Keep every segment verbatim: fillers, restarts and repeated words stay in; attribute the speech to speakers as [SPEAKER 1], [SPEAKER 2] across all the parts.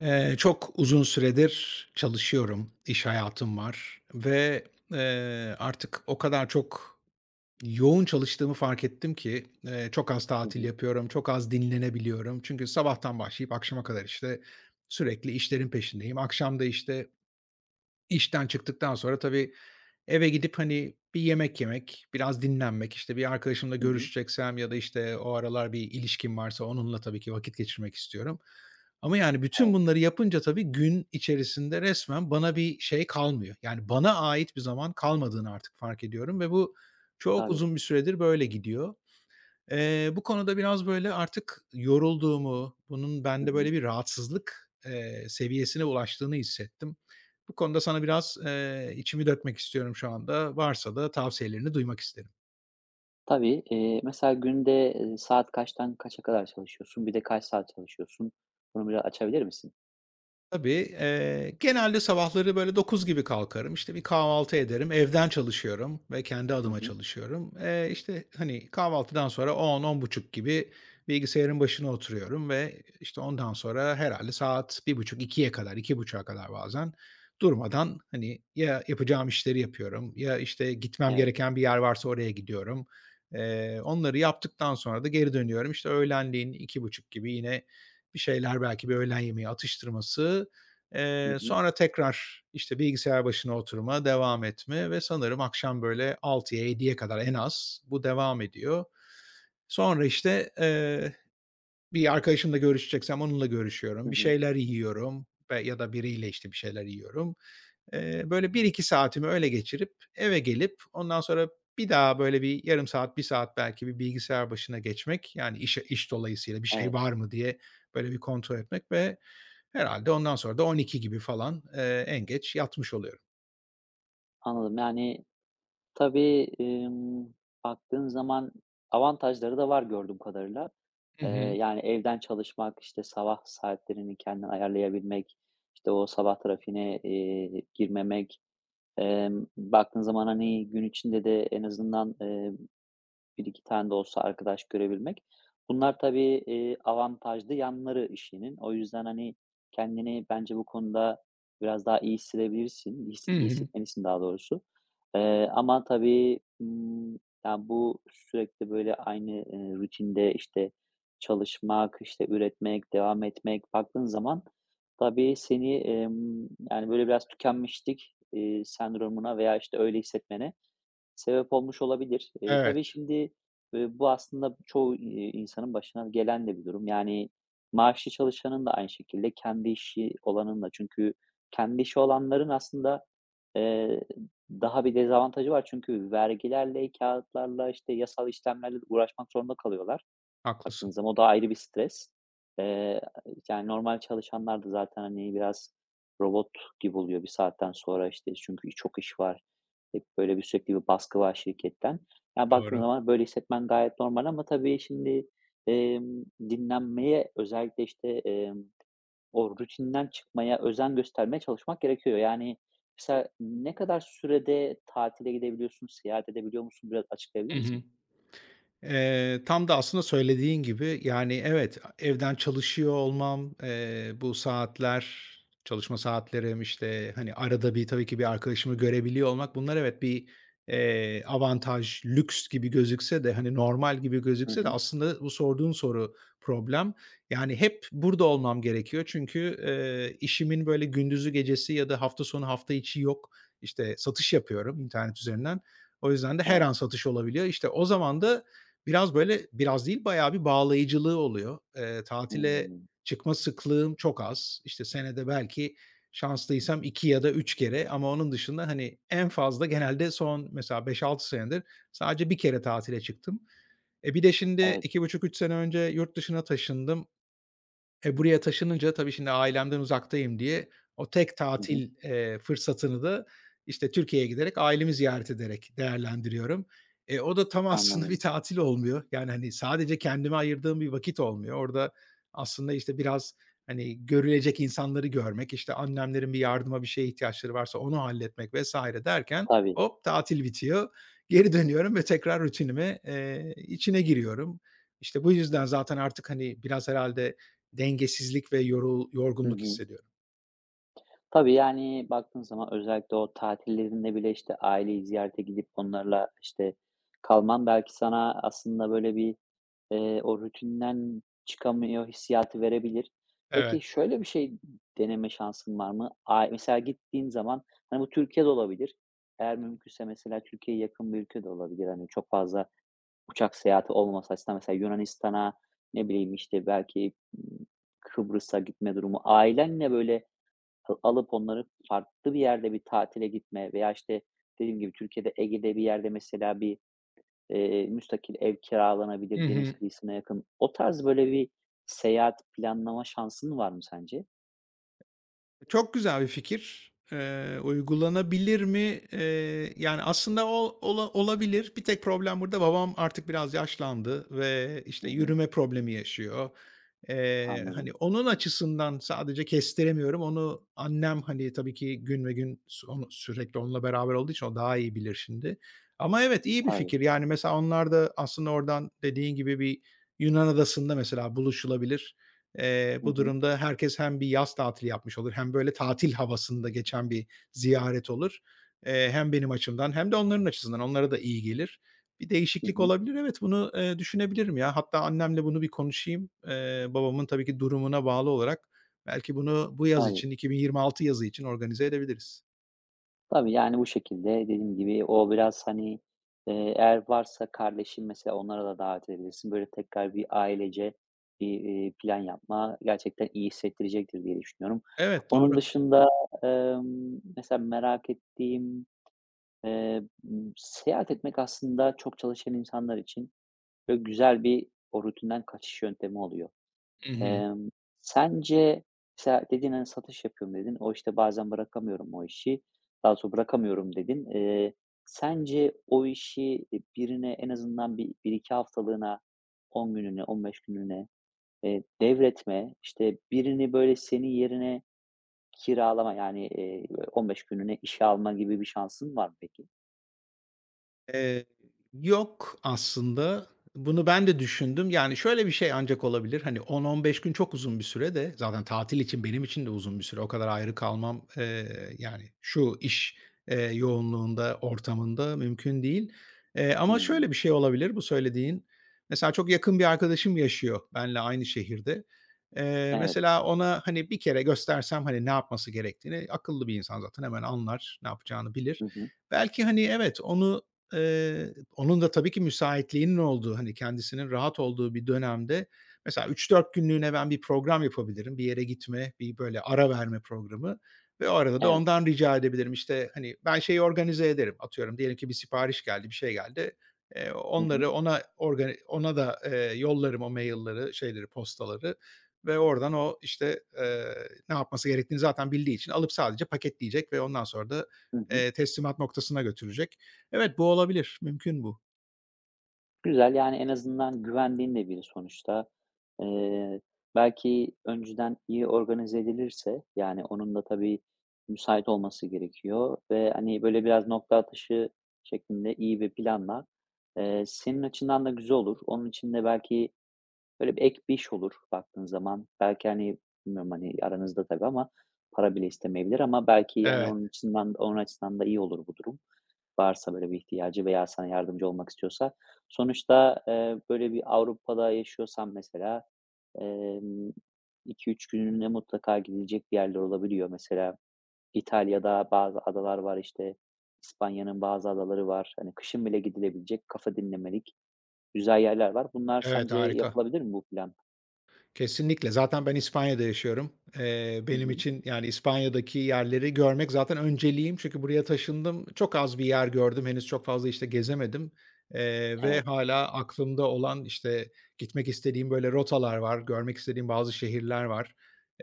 [SPEAKER 1] Eee, çok uzun süredir çalışıyorum, iş hayatım var ve, eee, artık o kadar çok yoğun çalıştığımı fark ettim ki, eee, çok az
[SPEAKER 2] Hı
[SPEAKER 1] tatil
[SPEAKER 2] hı.
[SPEAKER 1] yapıyorum, çok az dinlenebiliyorum. Çünkü sabahtan başlayıp akşama kadar, işte, sürekli işlerin peşindeyim. Akşam da, işte, İşten çıktıktan sonra tabii eve gidip, hani, bir yemek yemek, biraz dinlenmek, işte, bir arkadaşımla
[SPEAKER 2] Hı hı.
[SPEAKER 1] görüşeceksem ya da, işte, o aralar bir ilişkim varsa onunla tabii ki vakit geçirmek istiyorum. Ama, yani, bütün
[SPEAKER 2] Evet,
[SPEAKER 1] bunları yapınca tabii gün içerisinde resmen bana bir şey kalmıyor. Yani, bana ait bir zaman kalmadığını artık fark ediyorum ve bu çok
[SPEAKER 2] tabii.
[SPEAKER 1] uzun bir süredir böyle gidiyor. Eee, bu konuda biraz böyle artık yorulduğumu, bunun
[SPEAKER 2] Hı
[SPEAKER 1] bende
[SPEAKER 2] hı.
[SPEAKER 1] böyle bir rahatsızlık, eee, seviyesine ulaştığını hissettim. Bu konuda sana biraz, eee, içimi dökmek istiyorum şu anda. Varsa da tavsiyelerini duymak isterim.
[SPEAKER 2] Tabii, eee, mesela günde, eee, saat kaçtan kaça kadar çalışıyorsun? Bir de kaç saat çalışıyorsun? Bunu biraz açabilir misin?
[SPEAKER 1] Tabii, eee, genelde sabahları böyle dokuz gibi kalkarım. İşte, bir kahvaltı ederim. Evden çalışıyorum ve kendi
[SPEAKER 2] Hı
[SPEAKER 1] adıma
[SPEAKER 2] hı.
[SPEAKER 1] çalışıyorum. Eee, işte, hani, kahvaltıdan sonra on on buçuk gibi bilgisayarın başına oturuyorum ve, işte, ondan sonra herhalde saat bir buçuk ikiye kadar, on dört buçuğa kadar bazen durmadan, hani, ya yapacağım işleri yapıyorum ya, işte, gitmem
[SPEAKER 2] Evet.
[SPEAKER 1] gereken bir yer varsa oraya gidiyorum. Eee, onları yaptıktan sonra da geri dönüyorum. İşte, öğlenleyin iki buçuk gibi yine bir şeyler belki bir öğlen yemeği atıştırması,
[SPEAKER 2] Hı
[SPEAKER 1] eee,
[SPEAKER 2] hı.
[SPEAKER 1] sonra tekrar, işte, bilgisayar başına oturma, devam etme ve sanırım akşam böyle altıya yediye kadar en az bu devam ediyor. Sonra, işte, eee, bir arkadaşımla görüşeceksem onunla görüşüyorum,
[SPEAKER 2] Hı
[SPEAKER 1] bir
[SPEAKER 2] hı.
[SPEAKER 1] şeyler yiyorum ve ya da biriyle, işte, bir şeyler yiyorum. Eee, böyle bir iki saatimi öyle geçirip eve gelip ondan sonra bir daha böyle bir yarım saat, bir saat belki bir bilgisayar başına geçmek, yani iş iş dolayısıyla bir şey
[SPEAKER 2] Evet,
[SPEAKER 1] var mı diye böyle bir kontrol etmek ve herhâlde ondan sonra da on iki gibi falan, eee, en geç yatmış oluyorum.
[SPEAKER 2] anladım. Yani, tabii, emm, baktığın zaman avantajları da var gördüğüm kadarıyla.
[SPEAKER 1] Hı
[SPEAKER 2] Eee,
[SPEAKER 1] hı.
[SPEAKER 2] yani, evden çalışmak, işte, sabah saatlerini kendin ayarlayabilmek, işte, o sabah trafiğine, eee, girmemek, emm, baktığın zaman, hani, gün içinde de en azından, eee bir iki tane de olsa arkadaş görebilmek. Bunlar tabii, eee, avantajlı yanları işinin. O yüzden, hani, kendini bence bu konuda biraz daha iyi hissedebilirsin, his
[SPEAKER 1] Hı
[SPEAKER 2] iyi
[SPEAKER 1] hı.
[SPEAKER 2] hissetmelisin daha doğrusu. Eee, ama tabii, ımm, ya, bu sürekli böyle aynı, eee, rutinde, işte, çalışmak, işte, üretmek, devam etmek baktığın zaman tabii seni, emm, yani, böyle biraz tükenmişlik, eee, sendromuna veya, işte, öyle hissetmene sebep olmuş olabilir. Eee, tabii
[SPEAKER 1] Evet,
[SPEAKER 2] şimdi, eee, bu aslında çoğu, eee, insanın başına gelen de bir durum. Yani maaşlı çalışanın da aynı şekilde kendi işi olanın da. Çünkü kendi işi olanların aslında, eee, daha bir dezavantajı var. Çünkü vergilerle, kağıtlarla, işte, yasal işlemlerle uğraşmak zorunda kalıyorlar.
[SPEAKER 1] haklısın.
[SPEAKER 2] Baktığınız zaman o da ayrı bir stres. Eee, Yani normal çalışanlar da zaten, hani, biraz robot gibi oluyor bir saatten sonra, işte, çünkü çok iş var. Hep böyle bir sürekli bir baskı var şirketten. Yani baktığın
[SPEAKER 1] Doğru.
[SPEAKER 2] zaman böyle hissetmen gayet normal ama tabii şimdi, emm, dinlenmeye özellikle, işte, emm, o rutinden çıkmaya özen göstermeye çalışmak gerekiyor. Yani, mesela ne kadar sürede tatile gidebiliyorsun, seyahat edebiliyor musun? Biraz açıklayabilir
[SPEAKER 1] Hı hı.
[SPEAKER 2] misin?
[SPEAKER 1] Eee, tam da aslında söylediğin gibi, yani, evet, evden çalışıyor olmam, eee, bu saatler, çalışma saatlerim, işte, hani, arada bir tabii ki bir arkadaşımı görebiliyor olmak bunlar evet bir, eee, avantaj, lüks gibi gözükse de, hani, normal gibi
[SPEAKER 2] Hı
[SPEAKER 1] gözükse de
[SPEAKER 2] hı.
[SPEAKER 1] aslında bu sorduğun soru problem. Yani, hep burada olmam gerekiyor çünkü, eee, işimin böyle gündüzü gecesi ya da hafta sonu hafta içi yok. İşte, satış yapıyorum internet üzerinden. O yüzden de her
[SPEAKER 2] Evet.
[SPEAKER 1] an satış olabiliyor. İşte, o zaman da biraz böyle biraz değil, bayağı bir bağlayıcılığı oluyor. Eee, tatile
[SPEAKER 2] Hımm.
[SPEAKER 1] çıkma sıklığım çok az. İşte, senede belki şanslıysam iki ya da üç kere ama onun dışında, hani, en fazla genelde son mesela beş altı senedir sadece bir kere tatile çıktım. E, bir de şimdi
[SPEAKER 2] Evet.
[SPEAKER 1] iki buçuk üç sene önce yurt dışına taşındım. E, buraya taşınınca tabii şimdi ailemden uzaktayım diye o tek
[SPEAKER 2] Hı hı.
[SPEAKER 1] tatil, eee, fırsatını da, işte, Türkiye'ye giderek ailemi ziyaret ederek değerlendiriyorum. E, o da tam aslında bir
[SPEAKER 2] Anladım.
[SPEAKER 1] tatil olmuyor. Yani, hani, sadece kendime ayırdığım bir vakit olmuyor. Orada aslında, işte, biraz, hani, görülecek insanları görmek, işte, annemlerin bir yardıma, bir şeye ihtiyaçları varsa onu halletmek vesaire derken
[SPEAKER 2] Tabii.
[SPEAKER 1] hop tatil bitiyor. Geri dönüyorum ve tekrar rutinime, eee, içine giriyorum. İşte, bu yüzden zaten artık, hani, biraz herhalde dengesizlik ve yorul
[SPEAKER 2] Hı
[SPEAKER 1] yorgunluk
[SPEAKER 2] hı.
[SPEAKER 1] hissediyorum.
[SPEAKER 2] Tabii, yani, baktığın zaman özellikle o tatillerinde bile, işte, aileyi ziyarete gidip onlarla, işte, kalman belki sana aslında böyle bir, eee, o rutinden çıkamıyor hissiyatı verebilir. Peki,
[SPEAKER 1] Evet.
[SPEAKER 2] şöyle bir şey deneme şansın var mı? Ay, mesela gittiğin zaman, hani, bu Türkiye'de olabilir. Eğer mümkünse mesela Türkiye'ye yakın bir ülke de olabilir. Hani, çok fazla uçak seyahati olmaması açısından mesela Yunanistan'a, ne bileyim, işte, belki, ımm, Kıbrıs'a gitme durumu, ailenle, böyle, a alıp onları farklı bir yerde bir tatile gitme veya, işte, dediğim gibi Türkiye'de Ege'de bir yerde mesela bir, eee, müstakil ev
[SPEAKER 1] Hı
[SPEAKER 2] kiralanabilir deniz
[SPEAKER 1] hı.
[SPEAKER 2] kıyısına yakın. O tarz, böyle, bir seyahat planlama şansın var mı sence?
[SPEAKER 1] Çok güzel bir fikir. Eee, uygulanabilir mi? Eee, yani, aslında ol ola olabilir. Bir tek problem burada babam artık biraz yaşlandı ve, işte,
[SPEAKER 2] Hı hı.
[SPEAKER 1] yürüme problemi yaşıyor. Eee, hani,
[SPEAKER 2] Anladım.
[SPEAKER 1] onun açısından sadece kestiremiyorum. Onu annem, hani, tabii ki gün ve gün s onu sürekli onunla beraber olduğu için o daha iyi bilir şimdi. Ama evet, iyi bir
[SPEAKER 2] Tabii.
[SPEAKER 1] fikir. Yani, mesela onlar da aslında oradan dediğin gibi bir Yunan adasında mesela buluşulabilir. Eee,
[SPEAKER 2] Hı
[SPEAKER 1] bu
[SPEAKER 2] hı.
[SPEAKER 1] durumda herkes hem bir yaz tatili yapmış olur hem böyle tatil havasında geçen bir ziyaret olur. Eee, hem benim açımdan hem de onların açısından onlara da iyi gelir. Bir
[SPEAKER 2] Hı
[SPEAKER 1] değişiklik
[SPEAKER 2] hı.
[SPEAKER 1] olabilir. Evet, bunu, eee, düşünebilirim ya. Hatta annemle bunu bir konuşayım. Eee, babamın tabii ki durumuna bağlı olarak belki bunu bu yaz
[SPEAKER 2] Tabii.
[SPEAKER 1] için, iki bin yirmi altı yazı için organize edebiliriz.
[SPEAKER 2] Tabii, yani, bu şekilde dediğim gibi o biraz, hani, eee, eğer varsa kardeşin mesela onlara da davet edebilirsin. Böyle tekrar bir ailece bir, iii, plan yapma gerçekten iyi hissettirecektir diye düşünüyorum.
[SPEAKER 1] Evet, doğru.
[SPEAKER 2] Onun dışında, emm, mesela merak ettiğim, eee, ımm, seyahat etmek aslında çok çalışan insanlar için böyle güzel bir o rutinden kaçış yöntemi oluyor.
[SPEAKER 1] Hı hı.
[SPEAKER 2] Emm, Sence mesela dedin, hani, satış yapıyorum dedin. O, işte, bazen bırakamıyorum o işi. Daha sonra bırakamıyorum dedin. Eee, sence o işi, e, birine en azından bir 1-2 haftalığına, on günlüğüne, on beş gününe eee, devretme, işte, birini böyle senin yerine kiralama, yani, eee, on beş gününe işe alma gibi bir şansın var mı peki?
[SPEAKER 1] Eee, Yok aslında. Bunu ben de düşündüm. Yani, şöyle bir şey ancak olabilir, hani, on on beş gün çok uzun bir süre de zaten tatil için benim için de uzun bir süre. O kadar ayrı kalmam, eee, yani, şu iş, eee, yoğunluğunda, ortamında mümkün değil. Eee, ama şöyle
[SPEAKER 2] Hımm.
[SPEAKER 1] bir şey olabilir bu söylediğin. Mesela çok yakın bir arkadaşım yaşıyor benle aynı şehirde. Eee,
[SPEAKER 2] Evet.
[SPEAKER 1] mesela ona, hani, bir kere göstersem, hani, ne yapması gerektiğini, akıllı bir insan zaten hemen anlar, ne yapacağını bilir.
[SPEAKER 2] Hı hı.
[SPEAKER 1] Belki, hani, evet, onu. Eee, onun da tabii ki müsaitliğinin olduğu, hani, kendisinin rahat olduğu bir dönemde mesela üç dört günlüğüne ben bir program yapabilirim. Bir yere gitme, bir böyle ara verme programı ve o arada da
[SPEAKER 2] Evet.
[SPEAKER 1] ondan rica edebilirim. İşte, hani, ben şeyi organize ederim. Atıyorum diyelim ki bir sipariş geldi, bir şey geldi. Eee,
[SPEAKER 2] Hı hı.
[SPEAKER 1] onları ona organi ona da, eee, yollarım o mail'leri, şeyleri, postaları ve oradan o, işte, eee, ne yapması gerektiğini zaten bildiği için alıp sadece paketleyecek ve ondan sonra da,
[SPEAKER 2] Hı hı.
[SPEAKER 1] eee, teslimat noktasına götürecek. Evet, bu olabilir. Mümkün bu.
[SPEAKER 2] Güzel, yani, en azından güvendiğin de biri sonuçta. Eee, Belki önceden iyi organize edilirse, yani, onun da tabii müsait olması gerekiyor ve, hani, böyle biraz nokta atışı şeklinde iyi bir planla, eee, senin açından da güzel olur. Onun için de belki böyle bir ek bir iş olur baktığın zaman. Belki, hani, bilmiyorum, hani, aranızda tabii ama para bile istemeyebilir ama belki, yani,
[SPEAKER 1] Evet,
[SPEAKER 2] onun açısından onun açısından da iyi olur bu durum varsa böyle bir ihtiyacı veya sana yardımcı olmak istiyorsa. Sonuçta, eee, böyle bir Avrupa'da yaşıyorsan mesela, emm, iki üç günlüğüne mutlaka gidilecek bir yerler olabiliyor. Mesela İtalya'da bazı adalar var, işte, İspanya'nın bazı adaları var. Hani, kışın bile gidilebilecek kafa dinlemelik güzel yerler var. Bunlar
[SPEAKER 1] evet,
[SPEAKER 2] sence
[SPEAKER 1] harika.
[SPEAKER 2] yapılabilir mi bu plan?
[SPEAKER 1] Kesinlikle. Zaten ben İspanya'da yaşıyorum. Eee,
[SPEAKER 2] Hı
[SPEAKER 1] benim
[SPEAKER 2] hı.
[SPEAKER 1] için, yani, İspanya'daki yerleri görmek zaten önceliğim. Çünkü buraya taşındım. Çok az bir yer gördüm. Henüz çok fazla, işte, gezemedim, eee, ve
[SPEAKER 2] Evet.
[SPEAKER 1] hala aklımda olan, işte, gitmek istediğim, böyle, rotalar var, görmek istediğim bazı şehirler var.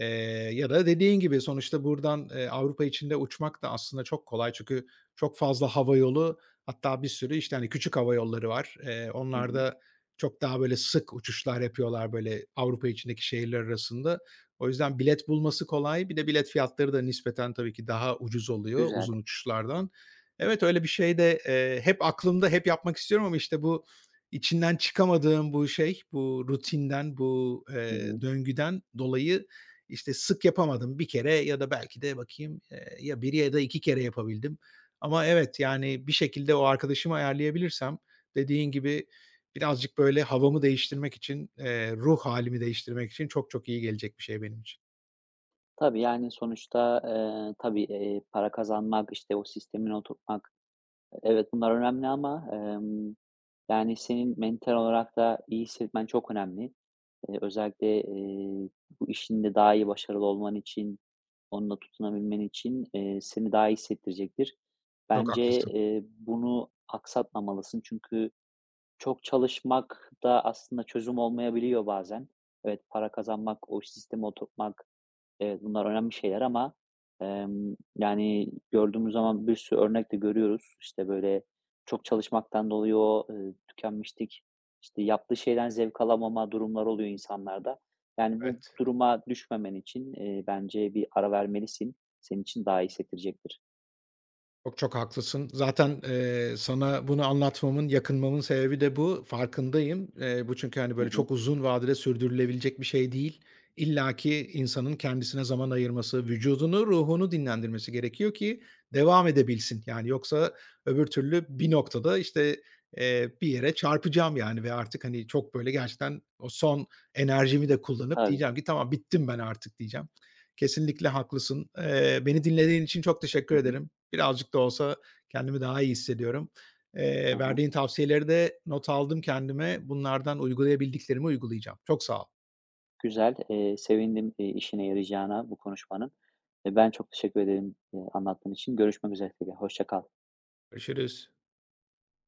[SPEAKER 1] Eee, Ya da dediğin gibi sonuçta buradan, eee, Avrupa içinde uçmak da aslında çok kolay. Çünkü çok fazla hava yolu, hatta bir sürü, işte, hani, küçük hava yolları var. Eee,
[SPEAKER 2] Hı hı.
[SPEAKER 1] onlarda çok daha böyle sık uçuşlar yapıyorlar, böyle, Avrupa içindeki şehirler arasında. O yüzden bilet bulması kolay. Bir de bilet fiyatları da nispeten tabii ki daha ucuz oluyor
[SPEAKER 2] Güzel.
[SPEAKER 1] uzun uçuşlardan. Evet, öyle bir şey de, eee, hep aklımda, hep yapmak istiyorum ama, işte, bu içinden çıkamadığım bu şey, bu rutinden, bu,
[SPEAKER 2] Hı
[SPEAKER 1] eee,
[SPEAKER 2] hı.
[SPEAKER 1] döngüden dolayı, işte, sık yapamadım. Bir kere ya da belki de bakayım, eee, ya bir ya da iki kere yapabildim. Ama evet, yani, bir şekilde o arkadaşımı ayarlayabilirsem dediğin gibi birazcık böyle havamı değiştirmek için, eee, ruh hâlimi değiştirmek için çok çok iyi gelecek bir şey benim için.
[SPEAKER 2] Tabii, yani, sonuçta, eee, tabii, eee, para kazanmak, işte, o sistemin oturtmak, evet, bunlar önemli ama, emm, yani, senin mental olarak da iyi hissetmen çok önemli. Eee, özellikle, eee, bu işinde daha iyi başarılı olman için, onunla tutunabilmen için, eee, seni daha iyi hissettirecektir.
[SPEAKER 1] Çok
[SPEAKER 2] Bence,
[SPEAKER 1] haklısın.
[SPEAKER 2] eee, bunu aksatmamalısın çünkü çok çalışmak da aslında çözüm olmayabiliyor bazen. Evet, para kazanmak, o sisteme oturtmak, evet, bunlar önemli şeyler ama, emm, yani, gördüğümüz zaman bir sürü örnek de görüyoruz. İşte, böyle, çok çalışmaktan dolayı o, eee, tükenmişlik, işte, yaptığı şeyden zevk alamama durumlar oluyor insanlarda. Yani, bu
[SPEAKER 1] Evet.
[SPEAKER 2] duruma düşmemen için, eee, bence bir ara vermelisin. Senin için daha iyi hissettirecektir.
[SPEAKER 1] Çok çok haklısın. Zaten, eee, sana bunu anlatmamın, yakınmamın sebebi de bu. Farkındayım. Eee, bu çünkü, hani,
[SPEAKER 2] Hı
[SPEAKER 1] böyle
[SPEAKER 2] hı.
[SPEAKER 1] çok uzun vadede sürdürülebilecek bir şey değil. İlla ki insanın kendisine zaman ayırması, vücudunu, ruhunu dinlendirmesi gerekiyor ki devam edebilsin. Yani, yoksa öbür türlü bir noktada, işte, eee, bir yere çarpacağım, yani, ve artık, hani, çok böyle gerçekten o son enerjimi de kullanıp
[SPEAKER 2] Tabii.
[SPEAKER 1] diyeceğim ki "Tamam, bittim ben artık." diyeceğim. Kesinlikle haklısın. Eee, beni dinlediğin için çok teşekkür
[SPEAKER 2] Hı hı.
[SPEAKER 1] ederim. Birazcık da olsa kendimi daha iyi hissediyorum.
[SPEAKER 2] Hı
[SPEAKER 1] Eee,
[SPEAKER 2] hı.
[SPEAKER 1] verdiğin tavsiyeleri de not aldım kendime. Bunlardan uygulayabildiklerimi uygulayacağım. Çok sağ ol.
[SPEAKER 2] Güzel. Eee, sevindim, eee, işine yarayacağına bu konuşmanın. Eee, ben çok teşekkür ederim, eee, anlattığın için. Görüşmek üzere tekrar. Hoşça kal.
[SPEAKER 1] Görüşürüz.